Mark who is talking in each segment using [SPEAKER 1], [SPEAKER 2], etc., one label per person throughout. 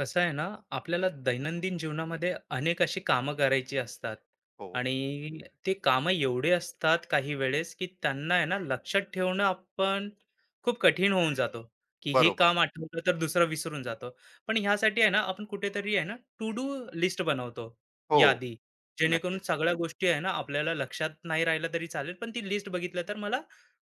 [SPEAKER 1] कसं आहे ना, आपल्याला दैनंदिन जीवनामध्ये अनेक अशी कामं करायची असतात
[SPEAKER 2] हो,
[SPEAKER 1] आणि ते कामं एवढे असतात काही वेळेस, की त्यांना आहे ना लक्षात ठेवणं आपण खूप कठीण होऊन जातो, की हे
[SPEAKER 2] बरोबर.
[SPEAKER 1] काम आठवलं तर दुसरं विसरून जातो. पण ह्यासाठी आहे ना, आपण कुठेतरी आहे ना टू डू लिस्ट बनवतो,
[SPEAKER 2] हो,
[SPEAKER 1] यादी. जेणेकरून
[SPEAKER 2] नक्कीच,
[SPEAKER 1] सगळ्या गोष्टी आहे ना, आपल्याला लक्षात नाही राहिलं तरी चालेल, पण ती लिस्ट बघितलं तर मला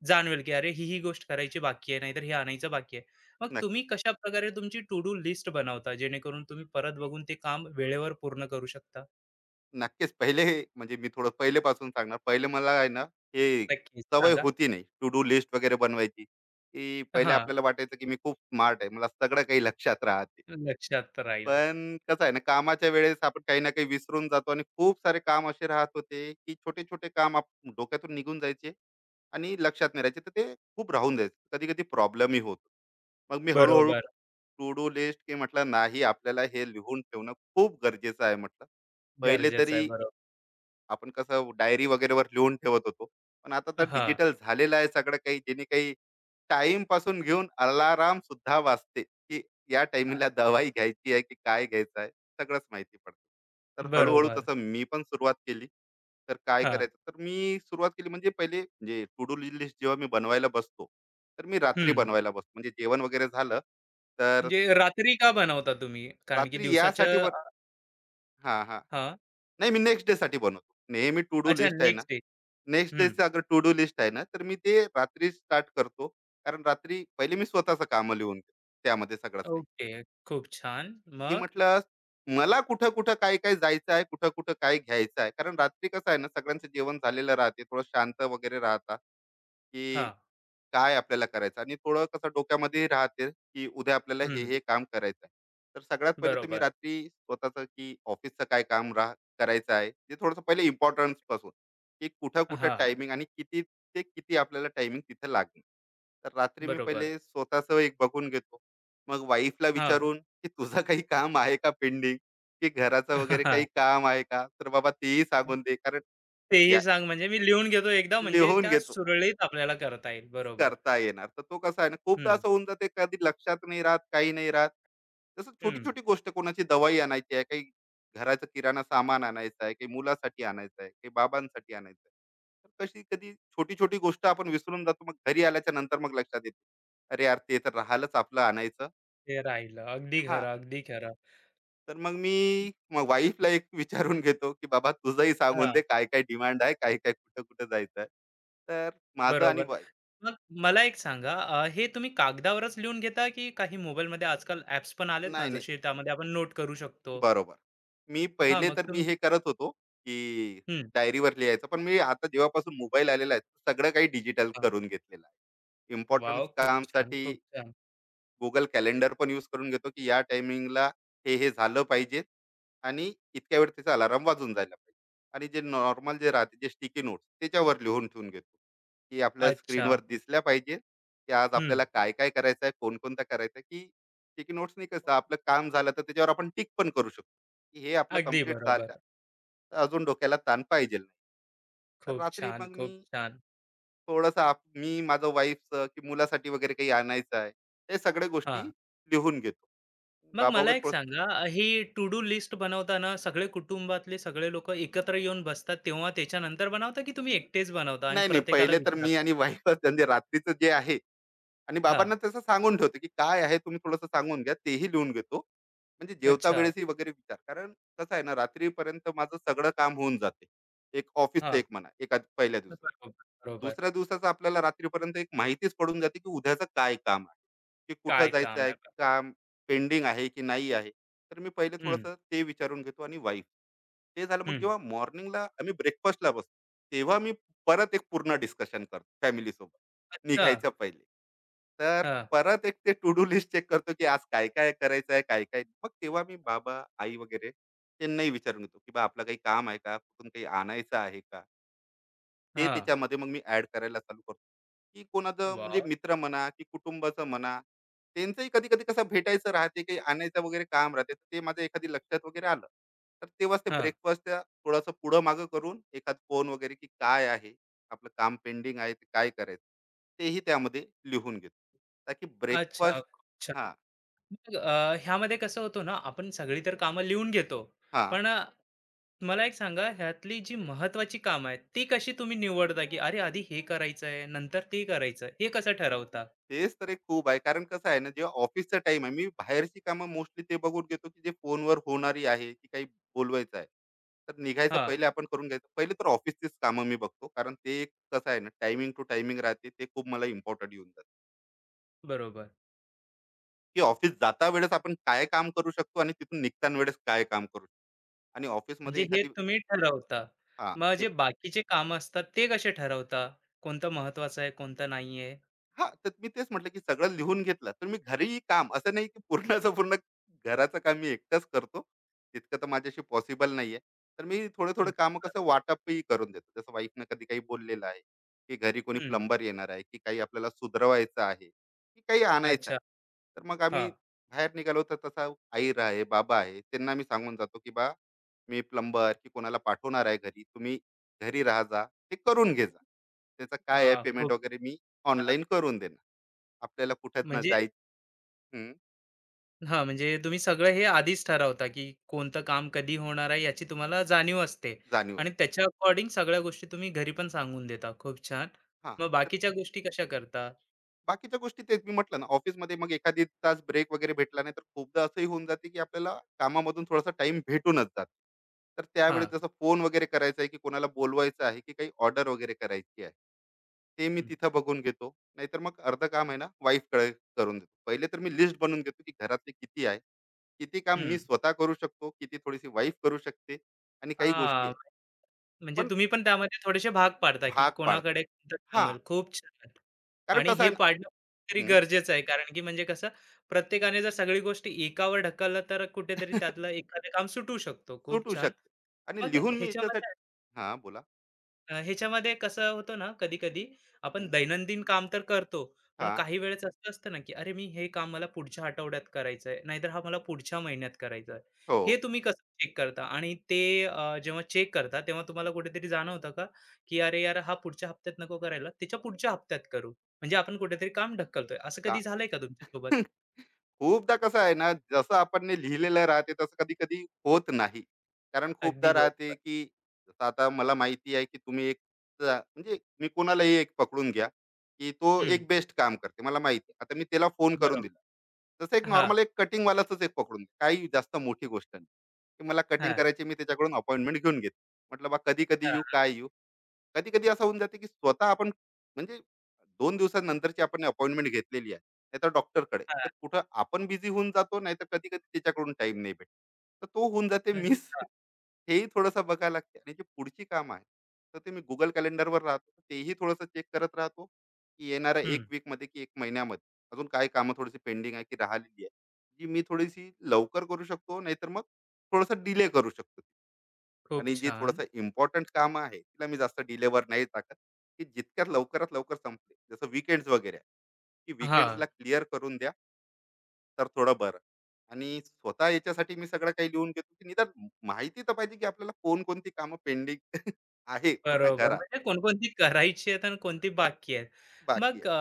[SPEAKER 1] जाणवेल, की अरे ही गोष्ट करायची बाकी आहे, नाहीतर हे आणायचं बाकी आहे. मग तुम्ही
[SPEAKER 2] नक्कीच.
[SPEAKER 1] कशाप्रकारे तुमची टू डू लिस्ट बनवता, जेणेकरून तुम्ही परत बघून ते काम वेळेवर पूर्ण करू शकता?
[SPEAKER 2] नक्कीच पहिले म्हणजे मी थोडं पहिलेपासून सांगणार. पहिले मला आहे ना, हे
[SPEAKER 1] नक्कीच
[SPEAKER 2] सवय
[SPEAKER 1] सांगा.
[SPEAKER 2] होती नाही टू डू लिस्ट वगैरे बनवायची, की पहिले
[SPEAKER 1] हां,
[SPEAKER 2] आपल्याला वाटायचं की मी खूप स्मार्ट आहे. मला सगळं काही लक्षात राहते.
[SPEAKER 1] लक्षात राहील.
[SPEAKER 2] पण कसं आहे ना, कामाच्या वेळेस आपण काही ना काही विसरून जातो आणि खूप सारे काम असे राहत होते, की छोटे-छोटे काम आप डोक्यातून निघून जायचे आणि लक्षात नाही राहायचे. तर ते खूप राहून जायचं. कधी-कधी प्रॉब्लेमही होतो. मग मी हो.
[SPEAKER 1] बरोबर.
[SPEAKER 2] टू डू लिस्ट की म्हटलं नाही आपल्याला हे लिहून ठेवणं खूप गरजेचं आहे म्हटलं. पहिले
[SPEAKER 1] गरजेचं आहे.
[SPEAKER 2] तरी
[SPEAKER 1] बरोबर.
[SPEAKER 2] आपण कसं डायरी वगैरेवर लिहून ठेवत होतो. पण आता तर
[SPEAKER 1] हां,
[SPEAKER 2] डिजिटल झालेलं आहे सगळं काही, जेणे काही टाईम पासून घेऊन अलार्म सुद्धा वाजते, की या
[SPEAKER 1] अ,
[SPEAKER 2] टाईमिंगला दवाई घ्यायची आहे की काय घ्यायचं आहे, सगळंच माहिती पडते. तर हळू-हळू
[SPEAKER 1] बरोबर.
[SPEAKER 2] तसं मी पण सुरुवात केली. तर काय
[SPEAKER 1] हां,
[SPEAKER 2] करायचं, तर मी सुरुवात केली म्हणजे पहिले म्हणजे टू डू लिस्ट जेव्हा मी बनवायला बसतो, तर मी रात्री
[SPEAKER 1] हं.
[SPEAKER 2] बनवायला बसतो. म्हणजे जेवण वगैरे झालं, तर
[SPEAKER 1] म्हणजे रात्री का बनवता तुम्ही? कारण की
[SPEAKER 2] रात्री
[SPEAKER 1] दिवसाच्या
[SPEAKER 2] यासाठी बन हां, हां. नाही मी नेक्स्ट डेसाठी बनवतो. नेहमी टू डू
[SPEAKER 1] अच्छा
[SPEAKER 2] लिस्ट आहे ना,
[SPEAKER 1] नेक्स्ट डे.
[SPEAKER 2] नेक्स्ट
[SPEAKER 1] हं.
[SPEAKER 2] डेचं अगर टू डू लिस्ट आहे ना, तर मी ते रात्री स्टार्ट करतो. कारण रात्री पहिले मी स्वतःचं काम लिहून घेतो, त्यामध्ये सगळंच काही.
[SPEAKER 1] ओके. खूप छान.
[SPEAKER 2] की
[SPEAKER 1] मग?
[SPEAKER 2] म्हटलं मला कुठं-कुठं, काय-काय जायचं आहे, कुठं-कुठं काय घ्यायचं आहे. कारण रात्री कसं आहे ना, सगळ्यांचं जेवण झालेलं राहते, थोडं शांत वगैरे राहतात, की
[SPEAKER 1] हां.
[SPEAKER 2] काय आपल्याला करायचं, आणि थोडं कसं डोक्यामध्ये राहते की उद्या आपल्याला हे
[SPEAKER 1] हं.
[SPEAKER 2] हे काम करायचं आहे. तर सगळ्यात पहिले तर मी
[SPEAKER 1] बरोबर.
[SPEAKER 2] रात्री स्वतःचं की ऑफिसचं काय काम राह करायचं आहे ते थोडंसं पहिले इम्पॉर्टन्स पासून, की कुठं कुठं
[SPEAKER 1] हां.
[SPEAKER 2] टायमिंग आणि किती, ते किती आपल्याला टायमिंग तिथं लागणार. तर रात्री मी
[SPEAKER 1] बरोबर.
[SPEAKER 2] पहिले स्वतःचं एक बघून घेतो, मग वाईफला
[SPEAKER 1] हां.
[SPEAKER 2] विचारून की तुझं काही काम आहे का पेंडिंग, की घराचं वगैरे काही काम आहे का, तर बाबा तेही सांगून दे. कारण
[SPEAKER 1] तेही
[SPEAKER 2] या
[SPEAKER 1] सांग म्हणजे मी लिहून घेतो एकदा म्हणजे
[SPEAKER 2] लिहून
[SPEAKER 1] त्या
[SPEAKER 2] घेतो,
[SPEAKER 1] सुरळीत आपल्याला करता येईल. बरोबर.
[SPEAKER 2] करता येणार. तर तो कसा आहे ना, खूपदा
[SPEAKER 1] हं,
[SPEAKER 2] असं होऊन जाते कधी लक्षात नाही राहत, काही नाही राहत. जसं
[SPEAKER 1] हं.
[SPEAKER 2] छोटी-छोटी गोष्ट कोणाची दवाई आणायची आहे, काही घराचं किराणा सामान आणायचं आहे, काही मुलासाठी आणायचं आहे, काही बाबांसाठी आणायचं आहे. तर कशी कधी छोटी-छोटी गोष्ट आपण विसरून जातो. मग घरी आल्याच्या नंतर मग लक्षात येते. अरे यार, ते तर राहिलंच आपलं आणायचं.
[SPEAKER 1] ते राहिलं. अगदी
[SPEAKER 2] हां,
[SPEAKER 1] खरं, अगदी खरं.
[SPEAKER 2] तर मग मी वाईफला एक विचारून घेतो, की "बाबा तुझंही सांगून
[SPEAKER 1] हां,
[SPEAKER 2] दे काय-काय डिमांड आहे, काय-काय कुठं-कुठं जायचं आहे." तर माझं आणि
[SPEAKER 1] बरोबर.
[SPEAKER 2] वाईफ.
[SPEAKER 1] मग मला एक सांगा हे तुम्ही कागदावरच लिहून घेता की काही मोबाईलमध्ये आजकाल ॲप्स पण आलेत ना
[SPEAKER 2] नाही, नाही.
[SPEAKER 1] जसे त्यामध्ये आपण नोट करू शकतो?
[SPEAKER 2] बरोबर. मी
[SPEAKER 1] हां,
[SPEAKER 2] पहिले
[SPEAKER 1] मग
[SPEAKER 2] तर मी
[SPEAKER 1] तुम्ही
[SPEAKER 2] हे करत होतो, की
[SPEAKER 1] हं,
[SPEAKER 2] डायरीवर लिहायचं. पण मी आता जेव्हापासून मोबाईल आलेला आहे, सगळं काही डिजिटल
[SPEAKER 1] हां.
[SPEAKER 2] करून घेतलेलं आहे.
[SPEAKER 1] वॉव!
[SPEAKER 2] इम्पोर्टन्स
[SPEAKER 1] खूप छान,
[SPEAKER 2] कामसाठी
[SPEAKER 1] खूप छान.
[SPEAKER 2] Google कॅलेंडर पण यूज करून घेतो, की या टायमिंगला हे झालं पाहिजे आणि इतक्या वेळ त्याचा अलाराम वाजून जायला पाहिजे. आणि जे नॉर्मल जे राहते जे स्टिकी नोट्स त्याच्यावर लिहून ठेवून घेतो, की आपल्या
[SPEAKER 1] अच्छा.
[SPEAKER 2] स्क्रीनवर दिसल्या पाहिजे, की आज
[SPEAKER 1] हं.
[SPEAKER 2] आपल्याला काय-काय करायचं आहे, कोणकोणता करायचा आहे, की स्टिकी नोट्सनी कसं आपलं काम झालं तर त्याच्यावर आपण टिक पण करू शकतो, की हे आपलं
[SPEAKER 1] अगदी
[SPEAKER 2] कंप्लीट झालं,
[SPEAKER 1] बरोबर.
[SPEAKER 2] तर अजून डोक्याला ताण पाहिजे नाही. तर
[SPEAKER 1] खूप
[SPEAKER 2] रात्री
[SPEAKER 1] छान,
[SPEAKER 2] मग
[SPEAKER 1] खूप
[SPEAKER 2] मी
[SPEAKER 1] छान.
[SPEAKER 2] थोडंसं आप मी माझं वाईफचं की मुलासाठी वगैरे काही आणायचं आहे, हे सगळ्या गोष्टी
[SPEAKER 1] हां.
[SPEAKER 2] लिहून घेतो.
[SPEAKER 1] मग
[SPEAKER 2] बाबा
[SPEAKER 1] मला
[SPEAKER 2] वगैरे
[SPEAKER 1] एक
[SPEAKER 2] थोडंसं
[SPEAKER 1] सांगा, ही टू डू लिस्ट बनवताना सगळे कुटुंबातले सगळे लोकं एकत्र येऊन बसतात, तेव्हा त्याच्यानंतर बनवता, की तुम्ही एकटेच बनवता आणि
[SPEAKER 2] नाही, नाही.
[SPEAKER 1] प्रत्येकाला
[SPEAKER 2] पहिले तर मी
[SPEAKER 1] विचारता?
[SPEAKER 2] आणि वाईफच, म्हणजे रात्रीचं जे आहे, आणि
[SPEAKER 1] हां.
[SPEAKER 2] बाबांना तसं सांगून ठेवतो, की काय आहे तुम्ही थोडंसं सांगून घ्या. तेही लिहून घेतो. म्हणजे जेवता
[SPEAKER 1] अच्छा.
[SPEAKER 2] वेळेसही वगैरे विचार. कारण कसं आहे ना, रात्रीपर्यंत माझं सगळं काम होऊन जाते. एक ऑफिसचं एक
[SPEAKER 1] हां.
[SPEAKER 2] म्हणा, एका पहिल्या दिवसात.
[SPEAKER 1] बरोबर, बरोबर.
[SPEAKER 2] दुसऱ्या दिवसाचं आपल्याला रात्रीपर्यंत एक माहितीच पडून जाते, की उद्याचं काय काम आहे, की कुठं
[SPEAKER 1] काय
[SPEAKER 2] जायचं
[SPEAKER 1] काम
[SPEAKER 2] आहे,
[SPEAKER 1] आहे?
[SPEAKER 2] काम पेंडिंग आहे की नाही आहे. तर मी पहिले
[SPEAKER 1] हं,
[SPEAKER 2] थोडंसं ते विचारून घेतो आणि वाईफ. ते झालं, मग
[SPEAKER 1] हं.
[SPEAKER 2] जेव्हा मॉर्निंगला आम्ही ब्रेकफास्टला बसतो, तेव्हा मी परत एक पूर्ण डिस्कशन करतो फॅमिलीसोबत.
[SPEAKER 1] अच्छा.
[SPEAKER 2] निघायच्या पहिले. तर
[SPEAKER 1] हां.
[SPEAKER 2] परत एक ते टू डू लिस्ट चेक करतो, की आज काय-काय करायचं आहे, काय-काय, मग तेव्हा मी बाबा, आई वगैरे त्यांनाही विचारून येतो, की "बा आपलं काही काम आहे का? कुठून काही आणायचं आहे का?" ते
[SPEAKER 1] हां.
[SPEAKER 2] त्याच्यामध्ये मग मी ऍड करायला चालू करतो, की कोणाचं म्हणजे
[SPEAKER 1] वाह!
[SPEAKER 2] मित्र म्हणा की कुटुंबाचं म्हणा, त्यांचंही कधी कधी कसं भेटायचं राहते, काही आणायचं वगैरे काम राहते, तर ते माझं एखादी लक्षात वगैरे आलं, तर तेव्हाच ते
[SPEAKER 1] हां.
[SPEAKER 2] ब्रेकफास्ट थोडंसं पुढं मागं करून एखाद फोन वगैरे, की काय आहे आपलं काम पेंडिंग आहे ते काय करायचं, तेही त्यामध्ये लिहून घेतो, ताकी
[SPEAKER 1] अच्छा.
[SPEAKER 2] ब्रेकफास्ट.
[SPEAKER 1] खूप छान.
[SPEAKER 2] हां
[SPEAKER 1] मग ह्यामध्ये कसं होतं ना, आपण सगळी तर कामं लिहून घेतो.
[SPEAKER 2] हां
[SPEAKER 1] पण मला एक सांगा ह्यातली जी महत्वाची कामं आहेत ती कशी तुम्ही निवडता की अरे आधी हे करायचं आहे नंतर ते करायचं आहे, हे कसं ठरवता?
[SPEAKER 2] तेच तर एक खूप आहे. कारण कसं आहे ना, जेव्हा ऑफिसचा टाइम आहे, मी बाहेरची कामं मोस्टली ते बघून घेतो, की जे फोनवर होणारी आहे, की काही बोलवायचं आहे. तर निघायचं
[SPEAKER 1] हां,
[SPEAKER 2] पहिले आपण करून घ्यायचं. पहिले तर ऑफिसचीच कामं मी बघतो. कारण ते एक कसं आहे ना, टायमिंग टू टायमिंग राहते. ते खूप मला इम्पोर्टंट येऊन जातं,
[SPEAKER 1] बरोबर.
[SPEAKER 2] की ऑफिस जाता वेळेस आपण काय काम करू शकतो आणि तिथून निघताना वेळेस काय काम करू शकतो. आणि ऑफिसमध्ये
[SPEAKER 1] म्हणजे हे
[SPEAKER 2] एखादी.
[SPEAKER 1] तुम्ही ठरवता.
[SPEAKER 2] हां,
[SPEAKER 1] मग जे बाकीचे कामं असतात ते कसे ठरवता? कोणतं महत्वाचं आहे, कोणतं नाहीये?
[SPEAKER 2] हां, तर मी तेच म्हटलं, की सगळं लिहून घेतलं. तर मी घरीही काम असं नाही, की पूर्णचं पूर्ण घराचं काम मी एकटाच करतो. तितकं तर माझ्याशी पॉसिबल नाहीये. तर मी थोडं-थोडं
[SPEAKER 1] हं,
[SPEAKER 2] काम कसं वाटपही करून देतो. जसं वाईफनं कधी काही बोललेलं आहे, की घरी कोणी
[SPEAKER 1] हं.
[SPEAKER 2] प्लंबर येणार आहे, की काही आपल्याला सुधरवायचं आहे, की काही आणायचं
[SPEAKER 1] अच्छा.
[SPEAKER 2] आहे. तर मग आम्ही
[SPEAKER 1] हां.
[SPEAKER 2] बाहेर निघालो, तर तसा आई आहे, बाबा आहे, त्यांना मी सांगून जातो, की "बा, मी प्लंबर की कोणाला पाठवणार आहे घरी. तुम्ही घरी राहा जा, ते करून घे जा. त्याचं काय आहे पेमेंट
[SPEAKER 1] खूप
[SPEAKER 2] वगैरे मी
[SPEAKER 1] छान.
[SPEAKER 2] ऑनलाईन करून देणं. आपल्याला कुठे ना
[SPEAKER 1] म्हणजे
[SPEAKER 2] जाय." हं,
[SPEAKER 1] हां, म्हणजे तुम्ही सगळं हे आधीच ठरवता, की कोणतं काम कधी होणार आहे याची तुम्हाला जाणीव असते
[SPEAKER 2] जाणीव
[SPEAKER 1] आणि
[SPEAKER 2] असते.
[SPEAKER 1] त्याच्या अकॉर्डिंग सगळ्या गोष्टी तुम्ही घरी पण सांगून देता. खूप छान.
[SPEAKER 2] हां,
[SPEAKER 1] मग
[SPEAKER 2] तर
[SPEAKER 1] बाकीच्या गोष्टी कशा करता?
[SPEAKER 2] बाकीच्या गोष्टी तेच मी म्हटलं ना, ऑफिसमध्ये मग एखादी तास ब्रेक वगैरे भेटला नाही, तर खूपदा असंही होऊन जाते, की आपल्याला कामामधून थोडासा टाईम भेटूनच जातो. तर त्यावेळेस
[SPEAKER 1] हां.
[SPEAKER 2] जसं फोन वगैरे करायचा आहे, की कोणाला बोलवायचं आहे, की काही ऑर्डर वगैरे करायची आहे. ते मी
[SPEAKER 1] हं.
[SPEAKER 2] तिथं बघून घेतो. नाहीतर मग अर्धं काम आहे ना वाईफकडे करून देतो. पहिले तर मी लिस्ट बनवून घेतो, की घरातले किती आहे, किती काम मी
[SPEAKER 1] हं.
[SPEAKER 2] स्वतः करू शकतो, किती थोडीशी वाईफ करू शकते, आणि काही गोष्टी
[SPEAKER 1] हां,
[SPEAKER 2] आहे.
[SPEAKER 1] म्हणजे
[SPEAKER 2] पण
[SPEAKER 1] तुम्ही पण त्यामध्ये थोडेसे भाग पाडता, की
[SPEAKER 2] भाग पाडतो.
[SPEAKER 1] कोणाकडे कोणतं काम
[SPEAKER 2] हां,
[SPEAKER 1] होईल. खूप छान.
[SPEAKER 2] कारण
[SPEAKER 1] आणि
[SPEAKER 2] कसं
[SPEAKER 1] हे
[SPEAKER 2] आहे ना.
[SPEAKER 1] पाडणं तरी
[SPEAKER 2] हं.
[SPEAKER 1] गरजेचं आहे कारण की म्हणजे कसं प्रत्येकाने जर सगळी गोष्टी एकावर ढकललं तर कुठेतरी त्यातलं एखादं काम सुटू शकतो. खूप
[SPEAKER 2] सुटू
[SPEAKER 1] छान.
[SPEAKER 2] शकतो, आणि
[SPEAKER 1] मग
[SPEAKER 2] लिहून मी याच्यासाठी.
[SPEAKER 1] ह्याच्यामध्ये
[SPEAKER 2] हां, बोला.
[SPEAKER 1] ह्याच्यामध्ये कसं होतं ना, कधी-कधी आपण
[SPEAKER 2] हं.
[SPEAKER 1] दैनंदिन काम तर करतो, पण
[SPEAKER 2] हां.
[SPEAKER 1] काही वेळेस असं असतं ना, की "अरे, मी हे काम मला पुढच्या आठवड्यात करायचं आहे, नाहीतर हा मला पुढच्या महिन्यात करायचा आहे."
[SPEAKER 2] हो.
[SPEAKER 1] हे तुम्ही कसं चेक करता? आणि ते जेव्हा चेक करता, तेव्हा तुम्हाला कुठेतरी जाणवतं का, की "अरे यार, हा पुढच्या हप्त्यात नको करायला, त्याच्या पुढच्या हप्त्यात करू." म्हणजे आपण कुठेतरी काम ढकलतोय. असं
[SPEAKER 2] का?
[SPEAKER 1] कधी झालंय का तुमच्यासोबत?
[SPEAKER 2] खूपदा कसं आहे ना, जसं आपण ने लिहिलेलं राहते तसं कधी-कधी होत नाही. कारण
[SPEAKER 1] अगदी
[SPEAKER 2] खूपदा राहते,
[SPEAKER 1] बरोबर.
[SPEAKER 2] की जसं आता मला माहिती आहे, की तुम्ही एक, अ, म्हणजे मी कोणालाही एक पकडून घ्या, की तो
[SPEAKER 1] हं,
[SPEAKER 2] एक बेस्ट काम करते. मला माहिती आहे. आता मी त्याला फोन करून
[SPEAKER 1] बरोबर.
[SPEAKER 2] दिला. जसं एक
[SPEAKER 1] हां,
[SPEAKER 2] नॉर्मल एक कटिंगवालाचच एक पकडून घ्या. काही जास्त मोठी गोष्ट नाही, की मला कटिंग
[SPEAKER 1] हां,
[SPEAKER 2] करायची, मी त्याच्याकडून अपॉइंटमेंट घेऊन घेतली. म्हटलं बा कधी-कधी येऊ,
[SPEAKER 1] हां,
[SPEAKER 2] काय येऊ? कधी-कधी असं होऊन जाते, की स्वतः आपण म्हणजे 2 दिवसानंतरची आपण अपॉइंटमेंट घेतलेली आहे. नाहीतर डॉक्टरकडे. तर
[SPEAKER 1] हां.
[SPEAKER 2] कुठं आपण बिझी होऊन जातो, नाहीतर कधी-कधी त्याच्याकडून टाईम नाही भेटत. तर तो होऊन जाते मिस.
[SPEAKER 1] अच्छा.
[SPEAKER 2] हेही थोडंसं बघायला लागते, आणि जी पुढची कामं आहेत, तर ते मी Google कॅलेंडरवर राहतो. तेही थोडंसं चेक करत राहतो, की येणाऱ्या
[SPEAKER 1] हं,
[SPEAKER 2] 1 वीकमध्ये की 1 महिन्यामध्ये अजून काय कामं थोडीशी पेंडिंग आहे, की राहिलेली आहे. जी मी थोडीशी लवकर करू शकतो, नाहीतर मग थोडंसं डिले करू शकतो.
[SPEAKER 1] खूप
[SPEAKER 2] आणि जे
[SPEAKER 1] छान.
[SPEAKER 2] थोडंसं इम्पोर्टंट कामं आहे, तिला मी जास्त डिलेवर नाही टाकत, की जितक्यात लवकरात लवकर संपले. जसं वीकेंड्स वगैरे आहे, की वीकेंड्सला
[SPEAKER 1] हां.
[SPEAKER 2] क्लिअर करून द्या. तर थोडं बरं. आणि स्वतः याच्यासाठी मी सगळं काही लिहून घेतो, की निदान माहिती तर पाहिजे, की आपल्याला कोणकोणती कामं पेंडिंग आहे पूर्ण
[SPEAKER 1] बरोबर.
[SPEAKER 2] घरात,
[SPEAKER 1] म्हणजे कोणकोणती करायची आहेत आणि कोणती बाकी आहेत.
[SPEAKER 2] बाकी
[SPEAKER 1] मग
[SPEAKER 2] आहे.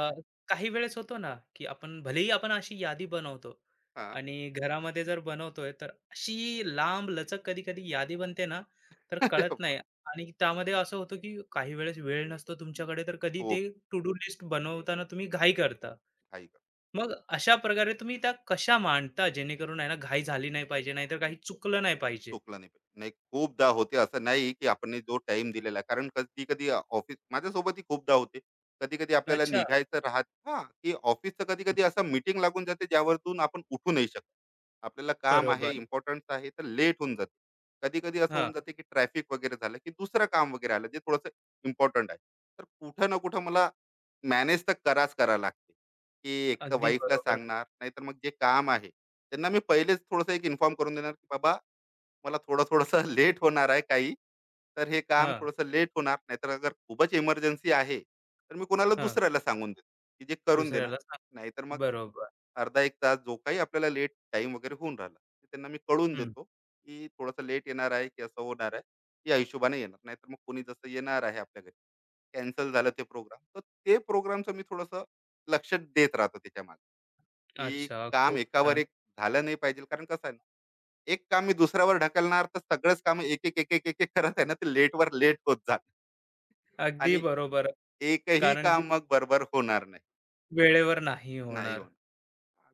[SPEAKER 1] काही वेळेस होतो ना, की आपण भलेही आपण अशी यादी बनवतो
[SPEAKER 2] हां.
[SPEAKER 1] आणि घरामध्ये जर बनवतोय, तर अशी लांबलचक कधी-कधी यादी बनते ना, तर
[SPEAKER 2] अरे
[SPEAKER 1] कळत
[SPEAKER 2] बाबा!
[SPEAKER 1] नाही आणि त्यामध्ये असं होतं, की काही वेळेस वेळ नसतो तुमच्याकडे, तर कधी
[SPEAKER 2] खूप
[SPEAKER 1] ते टू डू लिस्ट बनवताना तुम्ही घाई करता.
[SPEAKER 2] घाई.
[SPEAKER 1] मग अशा प्रकारे तुम्ही त्या कशा मांडता, जेणेकरून आहे ना, घाई झाली नाही पाहिजे, नाहीतर काही चुकलं नाही पाहिजे?
[SPEAKER 2] चुकला नाही पाहिजे. नाही खूपदा होते, असं नाही की आपण जो टाइम दिलेला आहे, कारण कधी कधी ऑफिस माझ्यासोबतही खूपदा होते, कधी कधी आपल्याला
[SPEAKER 1] अच्छा.
[SPEAKER 2] निघायचं राहत हा, की ऑफिसचं कधी कधी असं मीटिंग लागून जाते ज्यावरतून आपण उठू नाही शकत. आपल्याला काम आहे,
[SPEAKER 1] बरोबर.
[SPEAKER 2] इम्पॉर्टन्स आहे, तर लेट होऊन जाते. कधी कधी असं
[SPEAKER 1] हां.
[SPEAKER 2] होऊन जाते की ट्रॅफिक वगैरे झालं, की दुसरं काम वगैरे आलं जे थोडंसं इम्पॉर्टंट आहे, तर कुठं ना कुठं मला मॅनेज तर कराच करा लागते, की एक तर
[SPEAKER 1] अगदी
[SPEAKER 2] वाईफला
[SPEAKER 1] बरोबर.
[SPEAKER 2] सांगणार, नाहीतर मग जे काम आहे त्यांना मी पहिलेच थोडंसं एक इन्फॉर्म करून देणार, की बाबा मला थोडंसं लेट होणार आहे काही, तर हे काम
[SPEAKER 1] हां,
[SPEAKER 2] थोडंसं लेट होणार, नाहीतर अगर खूपच इमर्जन्सी आहे तर मी कोणाला
[SPEAKER 1] हां.
[SPEAKER 2] दुसऱ्याला सांगून देतो की जे करून देणार,
[SPEAKER 1] दुसऱ्याला सांग
[SPEAKER 2] नाहीतर मग
[SPEAKER 1] बरोबर.
[SPEAKER 2] अर्धा एक तास जो काही आपल्याला लेट टाइम वगैरे होऊन राहिला ते त्यांना मी कळून
[SPEAKER 1] हं.
[SPEAKER 2] देतो, की थोडंसं लेट येणार आहे, की असं होणार आहे या हिशोबाने येणार, नाहीतर मग कोणी जसं येणार आहे आपल्या घरी, कॅन्सल झालं ते प्रोग्राम, तर ते प्रोग्रामचं मी थोडंसं लक्ष देत राहतो त्याच्या मागे, की
[SPEAKER 1] अच्छा,
[SPEAKER 2] काम
[SPEAKER 1] खूप
[SPEAKER 2] एकावर
[SPEAKER 1] छान.
[SPEAKER 2] एक झालं नाही पाहिजे. कारण कसं आहे ना, एक काम मी दुसऱ्यावर ढकलणार तर सगळंच काम एक, एक, एक, एक, एक एक करत आहे ना, ते लेटवर लेट होत जाणार,
[SPEAKER 1] अगदी
[SPEAKER 2] आणि
[SPEAKER 1] बरोबर.
[SPEAKER 2] एकही
[SPEAKER 1] कारण की
[SPEAKER 2] काम मग बरोबर होणार नाही.
[SPEAKER 1] वेळेवर नाही
[SPEAKER 2] नाही
[SPEAKER 1] होणार.
[SPEAKER 2] होणार.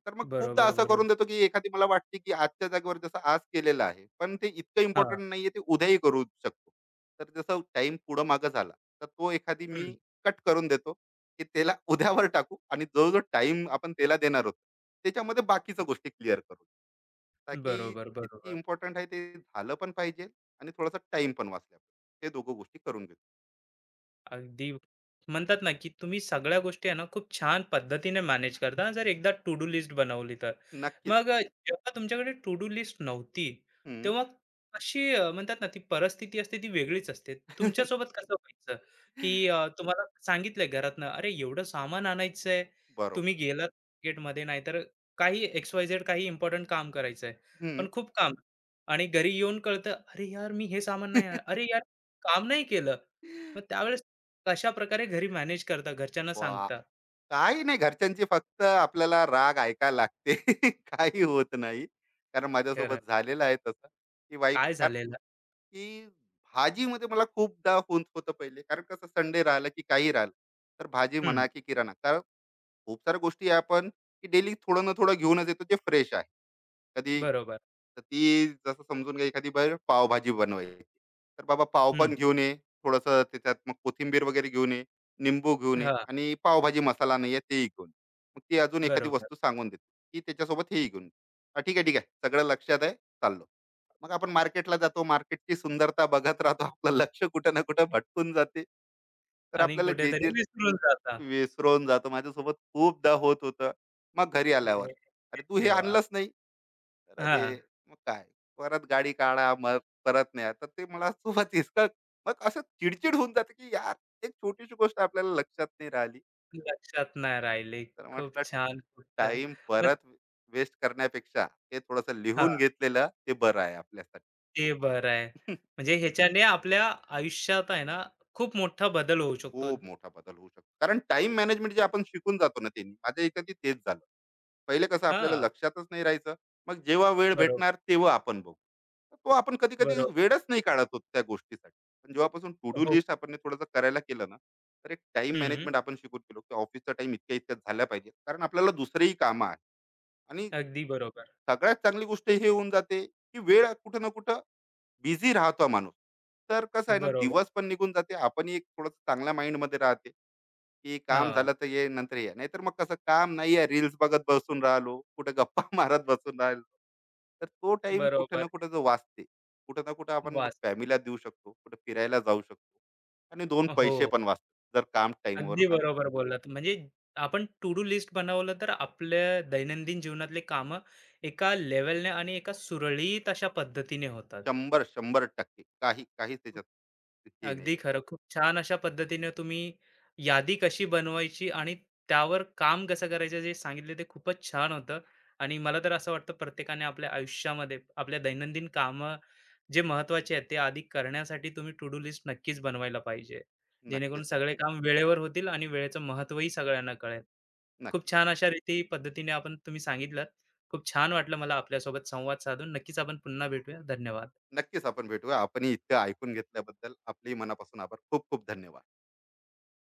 [SPEAKER 2] तर मग खूपदा
[SPEAKER 1] बरोबर,
[SPEAKER 2] असं
[SPEAKER 1] बरोबर.
[SPEAKER 2] करून देतो, की एखादी मला वाटते, की आजच्या जागेवर जसं आज केलेलं आहे, पण ते इतकं इम्पोर्टंट
[SPEAKER 1] हां.
[SPEAKER 2] नाहीये, ते उद्याही करू शकतो. तर जसं टाईम पुढं मागं झाला, तर तो एखादी मी
[SPEAKER 1] हं.
[SPEAKER 2] कट करून देतो, की त्याला उद्यावर टाकू, आणि जो टाईम आपण त्याला देणार होतो, त्याच्यामध्ये बाकीच्या गोष्टी क्लिअर करू. ताकी
[SPEAKER 1] बरोबर,
[SPEAKER 2] जितकी
[SPEAKER 1] बरोबर.
[SPEAKER 2] इम्पॉर्टंट आहे ते झालं पण पाहिजे आणि थोडासा टाइम पण वाचला पाहिजे. ते दोघं गोष्टी करून घेतो.
[SPEAKER 1] अगदी म्हणतात ना, की तुम्ही सगळ्या गोष्टी आहे ना, खूप छान पद्धतीने मॅनेज करता जर एकदा टू डू लिस्ट बनवली तर.
[SPEAKER 2] नक्कीच.
[SPEAKER 1] मग जेव्हा तुमच्याकडे टू डू लिस्ट नव्हती,
[SPEAKER 2] हम्म.
[SPEAKER 1] तेव्हा कशी म्हणतात ना, ती परिस्थिती असते ती वेगळीच असते. तुमच्यासोबत कसं व्हायचं, की तुम्हाला सांगितलंय घरातनं, "अरे, एवढं सामान आणायचंय."
[SPEAKER 2] बरोबर.
[SPEAKER 1] तुम्ही गेलात मार्केटमध्ये नाहीतर काही एक्स, वाय, झेड काही इम्पोर्टंट काम करायचंय,
[SPEAKER 2] हम्म.
[SPEAKER 1] पण खूप काम आणि घरी येऊन कळतं, "अरे यार, मी हे सामान नाही आणलं. अरे यार, काम नाही केलं." मग त्यावेळेस कशा प्रकारे घरी मॅनेज करता, घरच्यांना
[SPEAKER 2] वा,
[SPEAKER 1] सांगता,
[SPEAKER 2] काही नाही, घरच्यांची फक्त आपल्याला राग ऐकायला लागते, काही होत नाही. कारण
[SPEAKER 1] खरं
[SPEAKER 2] माझ्यासोबत झालेलं आहे तसं, की वाईफ,
[SPEAKER 1] काय झालेलं?
[SPEAKER 2] की भाजीमध्ये मला खूपदा होत होतं पहिले, कारण कसं संडे राहिलं, की काही राहिलं, तर भाजी
[SPEAKER 1] हं,
[SPEAKER 2] म्हणा की किराणा, कारण खूप साऱ्या गोष्टी आहे आपण की डेली थोडं ना थोडं घेऊनच येतो जे फ्रेश आहे. कधी,
[SPEAKER 1] बरोबर.
[SPEAKER 2] तर ती जसं समजून घ्या, एखादी बाहेर पावभाजी बनवायची. तर बाबा पाव
[SPEAKER 1] हं,
[SPEAKER 2] पण घेऊन ये, थोडंसं त्याच्यात मग कोथिंबीर वगैरे घेऊन ये, निंबू घेऊन ये,
[SPEAKER 1] हां,
[SPEAKER 2] आणि पावभाजी मसाला नाही आहे तेही घेऊन ये. मग ती अजून एखादी
[SPEAKER 1] बरोबर
[SPEAKER 2] वस्तू सांगून देते, की त्याच्यासोबत हेही घेऊन ये. "हां, ठीक आहे, ठीक आहे. सगळं लक्षात आहे, चाललो." मग आपण मार्केटला जातो, मार्केटची सुंदरता बघत राहतो. आपलं लक्ष कुठं ना कुठं भटकून जाते. तर
[SPEAKER 1] आणि
[SPEAKER 2] आपल्याला जे जे
[SPEAKER 1] कुठेतरी विसरून जाता.
[SPEAKER 2] विसरून जातो. माझ्यासोबत खूपदा होत होतं. मग घरी आल्यावर,
[SPEAKER 1] अरे
[SPEAKER 2] "अरे तू हे
[SPEAKER 1] देवा!
[SPEAKER 2] आणलंच नाही." तर "अरे
[SPEAKER 1] हां,
[SPEAKER 2] मग काय?" परत गाडी काढा, मग परत न्या. तर ते मला सोबत इतकं, मग असं चिडचिड होऊन जाते, की यार एक छोटीशी गोष्ट आपल्याला लक्षात नाही राहिली.
[SPEAKER 1] लक्षात नाही राहिले.
[SPEAKER 2] तर
[SPEAKER 1] खूप
[SPEAKER 2] म्हटलं
[SPEAKER 1] छान, खूप छान.
[SPEAKER 2] टाईम
[SPEAKER 1] मग
[SPEAKER 2] परत वेस्ट करण्यापेक्षा ते थोडंसं
[SPEAKER 1] हां,
[SPEAKER 2] लिहून घेतलेलं ते बरं आहे आपल्यासाठी.
[SPEAKER 1] ते बरं आहे. म्हणजे ह्याच्याने आपल्या आयुष्यात आहे ना, खूप मोठा बदल होऊ शकतो.
[SPEAKER 2] खूप मोठा बदल होऊ शकतो. कारण टाईम मॅनेजमेंट जे आपण शिकून जातो ना त्यांनी, माझ्या याच्यातही तेच झालं. पहिले कसं आपल्याला
[SPEAKER 1] हां,
[SPEAKER 2] लक्षातच नाही राहायचं. मग जेव्हा वेळ
[SPEAKER 1] बरोबर,
[SPEAKER 2] भेटणार तेव्हा आपण बघू. तर तो आपण कधी-कधी
[SPEAKER 1] बरोबर.
[SPEAKER 2] वेळच नाही काढत होतो त्या गोष्टीसाठी. पण जेव्हापासून टू डू
[SPEAKER 1] हो.
[SPEAKER 2] लिस्ट आपण हे थोडंसं करायला केलं ना, तर एक टाईम
[SPEAKER 1] हं,
[SPEAKER 2] मॅनेजमेंट आपण शिकून गेलो, की ऑफिसचा टाईम इतक्या-इतक्यात झाला पाहिजे. कारण आपल्याला दुसरीही कामं आहेत. आणि
[SPEAKER 1] अगदी बरोबर.
[SPEAKER 2] सगळ्यात चांगली गोष्ट हे होऊन जाते, की वेळ कुठं ना कुठं बिझी राहतो माणूस. तर कसं आहे ना,
[SPEAKER 1] बरोबर.
[SPEAKER 2] दिवस पण निघून जाते. आपणही एक थोडंसं चांगल्या माइंडमध्ये राहते. की काम
[SPEAKER 1] हां,
[SPEAKER 2] झालं तर ये नंतर ये. नाहीतर मग कसं काम नाही आहे, रील्स बघत बसून राहिलो, कुठे गप्पा मारत बसून राहिलो. तर तो टाईम कुठे
[SPEAKER 1] बरोबर.
[SPEAKER 2] ना कुठे जो वाचते, कुठे ना कुठे आपण मग
[SPEAKER 1] वास
[SPEAKER 2] फॅमिलीला देऊ शकतो, कुठे फिरायला जाऊ शकतो, आणि 2
[SPEAKER 1] हो.
[SPEAKER 2] पैसे पण वाचतात जर काम टाईमवर
[SPEAKER 1] अगदी
[SPEAKER 2] झालं.
[SPEAKER 1] बरोबर बोललात. म्हणजे आपण टू डू लिस्ट बनवलं तर आपल्या दैनंदिन जीवनातले कामं एका लेवलने आणि एका सुरळीत अशा पद्धतीने होतात.
[SPEAKER 2] 100%, 100%, काही काहीच त्याच्यात हे नाही
[SPEAKER 1] अगदी
[SPEAKER 2] आहे.
[SPEAKER 1] खरं. खूप छान अशा पद्धतीने तुम्ही यादी कशी बनवायची आणि त्यावर काम कसं करायचं जे सांगितले ते खूपच छान होतं. आणि मला तर असं वाटतं प्रत्येकाने आपल्या आयुष्यामध्ये आपल्या दैनंदिन कामं जे महत्त्वाचे आहेत ते आधी करण्यासाठी तुम्ही टू डू लिस्ट नक्कीच बनवायला पाहिजे. जेणेकरून
[SPEAKER 2] नक्कीच, नक्की,
[SPEAKER 1] सगळे काम वेळेवर होतील आणि वेळेचं महत्त्वही सगळ्यांना कळेल. खूप
[SPEAKER 2] नक्की.
[SPEAKER 1] छान अशा रीती पद्धतीने आपण तुम्ही सांगितलात. खूप छान वाटलं मला आपल्यासोबत संवाद साधून. नक्कीच आपण पुन्हा भेटूया. धन्यवाद.
[SPEAKER 2] नक्कीच आपण भेटूया. आपणही इतकं ऐकून घेतल्याबद्दल आपलेही मनापासून आभार. खूप खूप धन्यवाद.